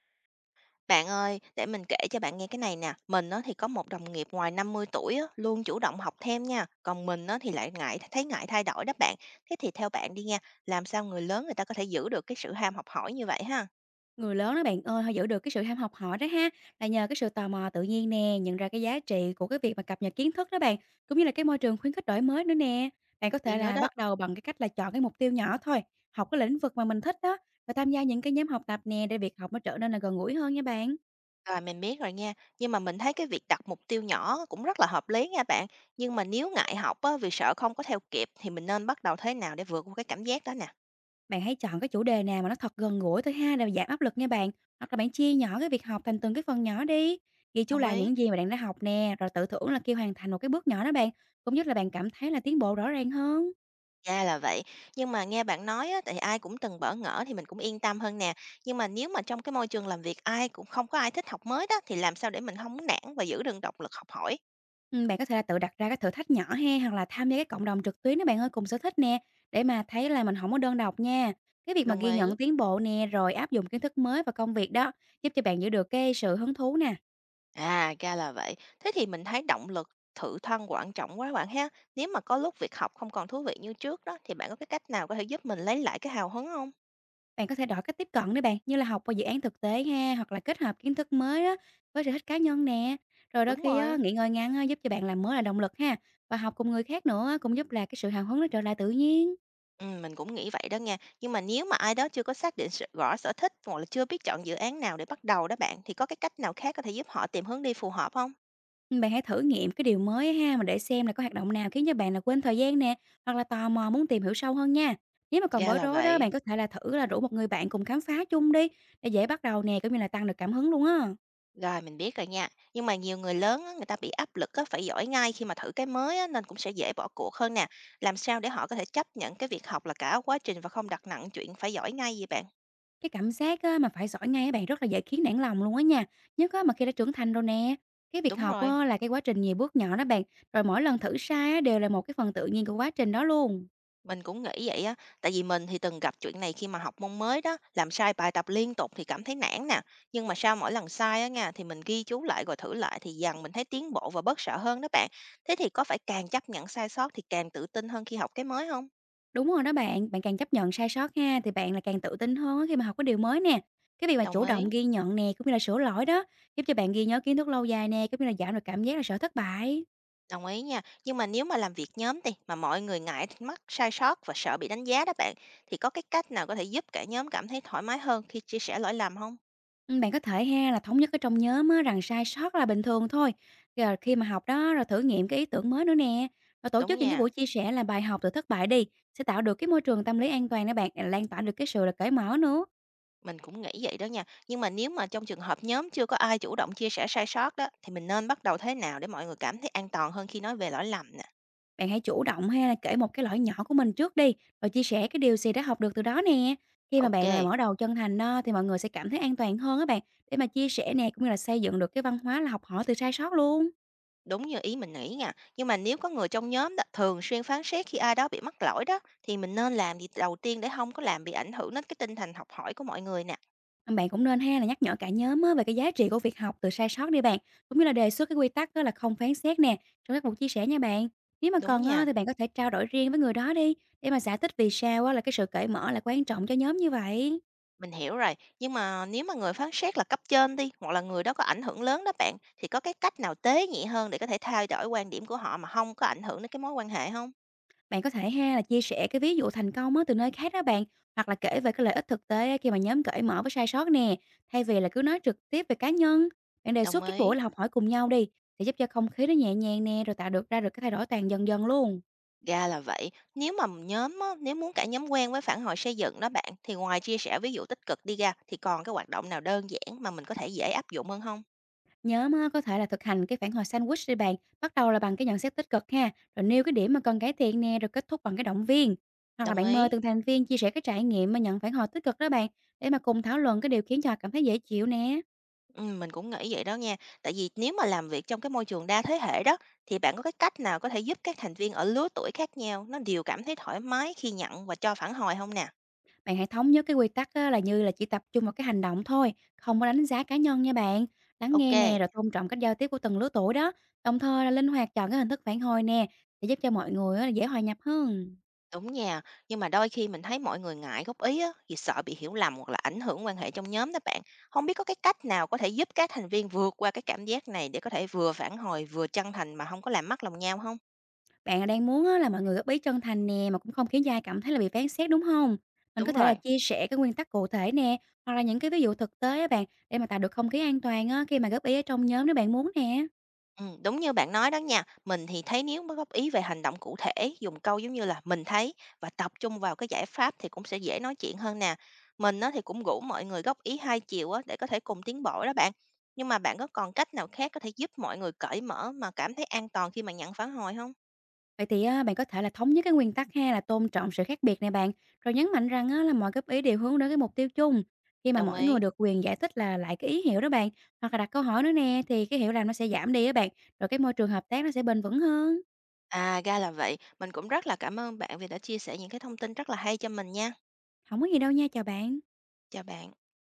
Bạn ơi, để mình kể cho bạn nghe cái này nè. Mình á, thì có một đồng nghiệp ngoài 50 tuổi á, luôn chủ động học thêm nha. Còn mình á, thì lại ngại thay đổi đó bạn. Thế thì theo bạn đi nha, làm sao người lớn người ta có thể giữ được cái sự ham học hỏi như vậy ha? Người lớn đó bạn ơi, họ giữ được cái sự ham học hỏi đó ha, là nhờ cái sự tò mò tự nhiên nè, nhận ra cái giá trị của cái việc mà cập nhật kiến thức đó bạn, cũng như là cái môi trường khuyến khích đổi mới nữa nè. Bạn có Gì thể nữa là đó. bắt đầu bằng cái cách là chọn cái mục tiêu nhỏ thôi, học cái lĩnh vực mà mình thích đó và tham gia những cái nhóm học tập nè để việc học nó trở nên là gần gũi hơn nha bạn. Rồi mình biết rồi nha. Nhưng mà mình thấy cái việc đặt mục tiêu nhỏ cũng rất là hợp lý nha bạn. Nhưng mà nếu ngại học á, vì sợ không có theo kịp thì mình nên bắt đầu thế nào để vượt qua cái cảm giác đó nè. Bạn hãy chọn cái chủ đề nào mà nó thật gần gũi thôi ha để giảm áp lực nha bạn. Hoặc là bạn chia nhỏ cái việc học thành từng cái phần nhỏ đi. Ghi chú Đồng lại ý. những gì mà bạn đã học nè, rồi tự thưởng là khi hoàn thành một cái bước nhỏ đó bạn, cũng giúp là bạn cảm thấy là tiến bộ rõ ràng hơn. Ra là vậy. Nhưng mà nghe bạn nói á, tại ai cũng từng bỡ ngỡ thì mình cũng yên tâm hơn nè. Nhưng mà nếu mà trong cái môi trường làm việc ai cũng không có ai thích học mới đó thì làm sao để mình không nản và giữ được động lực học hỏi? Bạn có thể là tự đặt ra cái thử thách nhỏ ha, hoặc là tham gia cái cộng đồng trực tuyến đó bạn ơi, cùng sở thích nè, để mà thấy là mình không có đơn độc nha. Cái việc mà Đồng ghi ý. nhận tiến bộ nè, rồi áp dụng kiến thức mới vào công việc đó, giúp cho bạn giữ được cái sự hứng thú nè. À, ra là vậy. Thế thì mình thấy động lực tự thân quan trọng quá bạn ha. Nếu mà có lúc việc học không còn thú vị như trước đó thì bạn có cái cách nào có thể giúp mình lấy lại cái hào hứng không? Bạn có thể đổi cách tiếp cận nữa bạn, như là học qua dự án thực tế ha, hoặc là kết hợp kiến thức mới đó với sở thích cá nhân nè. Rồi đôi Đúng khi rồi. á, nghỉ ngơi ngắn á, giúp cho bạn làm mới là động lực ha, và học cùng người khác nữa á, cũng giúp là cái sự hào hứng nó trở lại tự nhiên. Mình cũng nghĩ vậy đó nha. Nhưng mà nếu mà ai đó chưa có xác định rõ sở thích hoặc là chưa biết chọn dự án nào để bắt đầu đó bạn, thì có cái cách nào khác có thể giúp họ tìm hướng đi phù hợp không? Bạn hãy thử nghiệm cái điều mới ha, mà để xem là có hoạt động nào khiến cho bạn là quên thời gian nè, hoặc là tò mò muốn tìm hiểu sâu hơn nha. Nếu mà còn Ra bối là rối đó, vậy. bạn có thể là thử là rủ một người bạn cùng khám phá chung đi, để dễ bắt đầu nè, cũng như là tăng được cảm hứng luôn á. Rồi, mình biết rồi nha. Nhưng mà nhiều người lớn á, người ta bị áp lực á, phải giỏi ngay khi mà thử cái mới á, nên cũng sẽ dễ bỏ cuộc hơn nè. Làm sao để họ có thể chấp nhận cái việc học là cả quá trình và không đặt nặng chuyện phải giỏi ngay vậy bạn? Cái cảm giác á, mà phải giỏi ngay á bạn rất là dễ khiến nản lòng luôn á nha, nhất á, mà khi đã trưởng thành rồi nè. Cái việc Đúng học rồi, á, là cái quá trình nhiều bước nhỏ đó bạn, rồi mỗi lần thử sai á, đều là một cái phần tự nhiên của quá trình đó luôn. mình cũng nghĩ vậy á, tại vì mình thì từng gặp chuyện này khi mà học môn mới đó, làm sai bài tập liên tục thì cảm thấy nản nè, nhưng mà sau mỗi lần sai á nha thì mình ghi chú lại rồi thử lại thì dần mình thấy tiến bộ và bớt sợ hơn đó bạn. Thế thì có phải càng chấp nhận sai sót thì càng tự tin hơn khi học cái mới không? Đúng rồi đó bạn, bạn càng chấp nhận sai sót ha, thì bạn là càng tự tin hơn á khi mà học cái điều mới nè. Cái việc mà Đồng chủ ý, động ghi nhận nè, cũng như là sửa lỗi đó, giúp cho bạn ghi nhớ kiến thức lâu dài nè, cũng như là giảm được cảm giác là sợ thất bại. đồng ý nha. Nhưng mà nếu mà làm việc nhóm đi mà mọi người ngại mắc sai sót và sợ bị đánh giá đó bạn, thì có cái cách nào có thể giúp cả nhóm cảm thấy thoải mái hơn khi chia sẻ lỗi lầm không? Ừ, bạn có thể ha là thống nhất ở trong nhóm á, rằng sai sót là bình thường thôi. Rồi khi mà học đó, rồi thử nghiệm cái ý tưởng mới nữa nè. Rồi tổ Đúng chức những cái nha. buổi chia sẻ là bài học từ thất bại đi, sẽ tạo được cái môi trường tâm lý an toàn đó bạn, lan tỏa được cái sự là cởi mở nữa. Mình cũng nghĩ vậy đó nha. Nhưng mà nếu mà trong trường hợp nhóm chưa có ai chủ động chia sẻ sai sót đó, thì mình nên bắt đầu thế nào để mọi người cảm thấy an toàn hơn khi nói về lỗi lầm nè? Bạn hãy chủ động hay là kể một cái lỗi nhỏ của mình trước đi, rồi chia sẻ cái điều gì đã học được từ đó nè. Khi mà bạn là Ok, mở đầu chân thành đó thì mọi người sẽ cảm thấy an toàn hơn á bạn, để mà chia sẻ nè, cũng như là xây dựng được cái văn hóa là học hỏi từ sai sót luôn. đúng như ý mình nghĩ nha. Nhưng mà nếu có người trong nhóm đó thường xuyên phán xét khi ai đó bị mắc lỗi đó, thì mình nên làm gì đầu tiên để không có làm bị ảnh hưởng đến cái tinh thần học hỏi của mọi người nè? Bạn cũng nên hay là nhắc nhở cả nhóm á, về cái giá trị của việc học từ sai sót đi bạn, cũng như là đề xuất cái quy tắc đó là không phán xét nè trong các cuộc chia sẻ nha bạn. Nếu mà Đúng cần á, nha, thì bạn có thể trao đổi riêng với người đó đi để mà giải thích vì sao á, là cái sự cởi mở là quan trọng cho nhóm như vậy. mình hiểu rồi. Nhưng mà nếu mà người phán xét là cấp trên đi, hoặc là người đó có ảnh hưởng lớn đó bạn, thì có cái cách nào tế nhị hơn để có thể thay đổi quan điểm của họ mà không có ảnh hưởng đến cái mối quan hệ không? Bạn có thể ha là chia sẻ cái ví dụ thành công á, từ nơi khác đó bạn, hoặc là kể về cái lợi ích thực tế khi mà nhóm cởi mở với sai sót nè, thay vì là cứ nói trực tiếp về cá nhân. Bạn đề Đồng xuất các buổi ý. là học hỏi cùng nhau đi, sẽ giúp cho không khí nó nhẹ nhàng nè, rồi tạo được ra được cái thay đổi toàn dần dần luôn. Ra là vậy. Nếu mà nhóm á, nếu muốn cả nhóm quen với phản hồi xây dựng đó bạn, thì ngoài chia sẻ ví dụ tích cực đi ra, thì còn cái hoạt động nào đơn giản mà mình có thể dễ áp dụng hơn không? Nhóm á, có thể là thực hành cái phản hồi sandwich đi bạn, bắt đầu là bằng cái nhận xét tích cực ha, rồi nêu cái điểm mà cần cải thiện nè, rồi kết thúc bằng cái động viên. Hoặc là Đồng bạn mời ý. từng thành viên chia sẻ cái trải nghiệm mà nhận phản hồi tích cực đó bạn, để mà cùng thảo luận cái điều khiến cho họ cảm thấy dễ chịu nè. Ừ, mình cũng nghĩ vậy đó nha. Tại vì nếu mà làm việc trong cái môi trường đa thế hệ đó, thì bạn có cái cách nào có thể giúp các thành viên ở lứa tuổi khác nhau nó đều cảm thấy thoải mái khi nhận và cho phản hồi không nè? Bạn hãy thống nhất cái quy tắc á, là như là chỉ tập trung vào cái hành động thôi, không có đánh giá cá nhân nha bạn. Lắng Ok. nghe nè, rồi tôn trọng cách giao tiếp của từng lứa tuổi đó. Đồng thời là linh hoạt chọn cái hình thức phản hồi nè, để giúp cho mọi người á, dễ hòa nhập hơn. Đúng nha, nhưng mà đôi khi mình thấy mọi người ngại góp ý á, vì sợ bị hiểu lầm hoặc là ảnh hưởng quan hệ trong nhóm đó bạn. Không biết có cái cách nào có thể giúp các thành viên vượt qua cái cảm giác này để có thể vừa phản hồi vừa chân thành mà không có làm mất lòng nhau không? Bạn đang muốn á, là mọi người góp ý chân thành nè, mà cũng không khiến cho ai cảm thấy là bị phán xét đúng không? Mình có Đúng thể là rồi. chia sẻ cái nguyên tắc cụ thể nè, hoặc là những cái ví dụ thực tế á bạn, để mà tạo được không khí an toàn á, khi mà góp ý ở trong nhóm nếu bạn muốn nè. Đúng như bạn nói đó nha. Mình thì thấy nếu mới góp ý về hành động cụ thể, dùng câu giống như là "mình thấy" và tập trung vào cái giải pháp thì cũng sẽ dễ nói chuyện hơn nè. Mình á, thì cũng rủ mọi người góp ý hai chiều á, để có thể cùng tiến bộ đó bạn. Nhưng mà bạn có còn cách nào khác có thể giúp mọi người cởi mở mà cảm thấy an toàn khi mà nhận phản hồi không? Vậy thì á, bạn có thể là thống nhất cái nguyên tắc ha là tôn trọng sự khác biệt này bạn, rồi nhấn mạnh rằng á, là mọi góp ý đều hướng đến cái mục tiêu chung. Khi mà Đồng mỗi ý. người được quyền giải thích là lại cái ý hiểu đó bạn, hoặc là đặt câu hỏi nữa nè thì cái hiểu lầm nó sẽ giảm đi á bạn, rồi cái môi trường hợp tác nó sẽ bền vững hơn. À, ra là vậy. Mình cũng rất là cảm ơn bạn vì đã chia sẻ những cái thông tin rất là hay cho mình nha. Không có gì đâu nha, chào bạn. Chào bạn.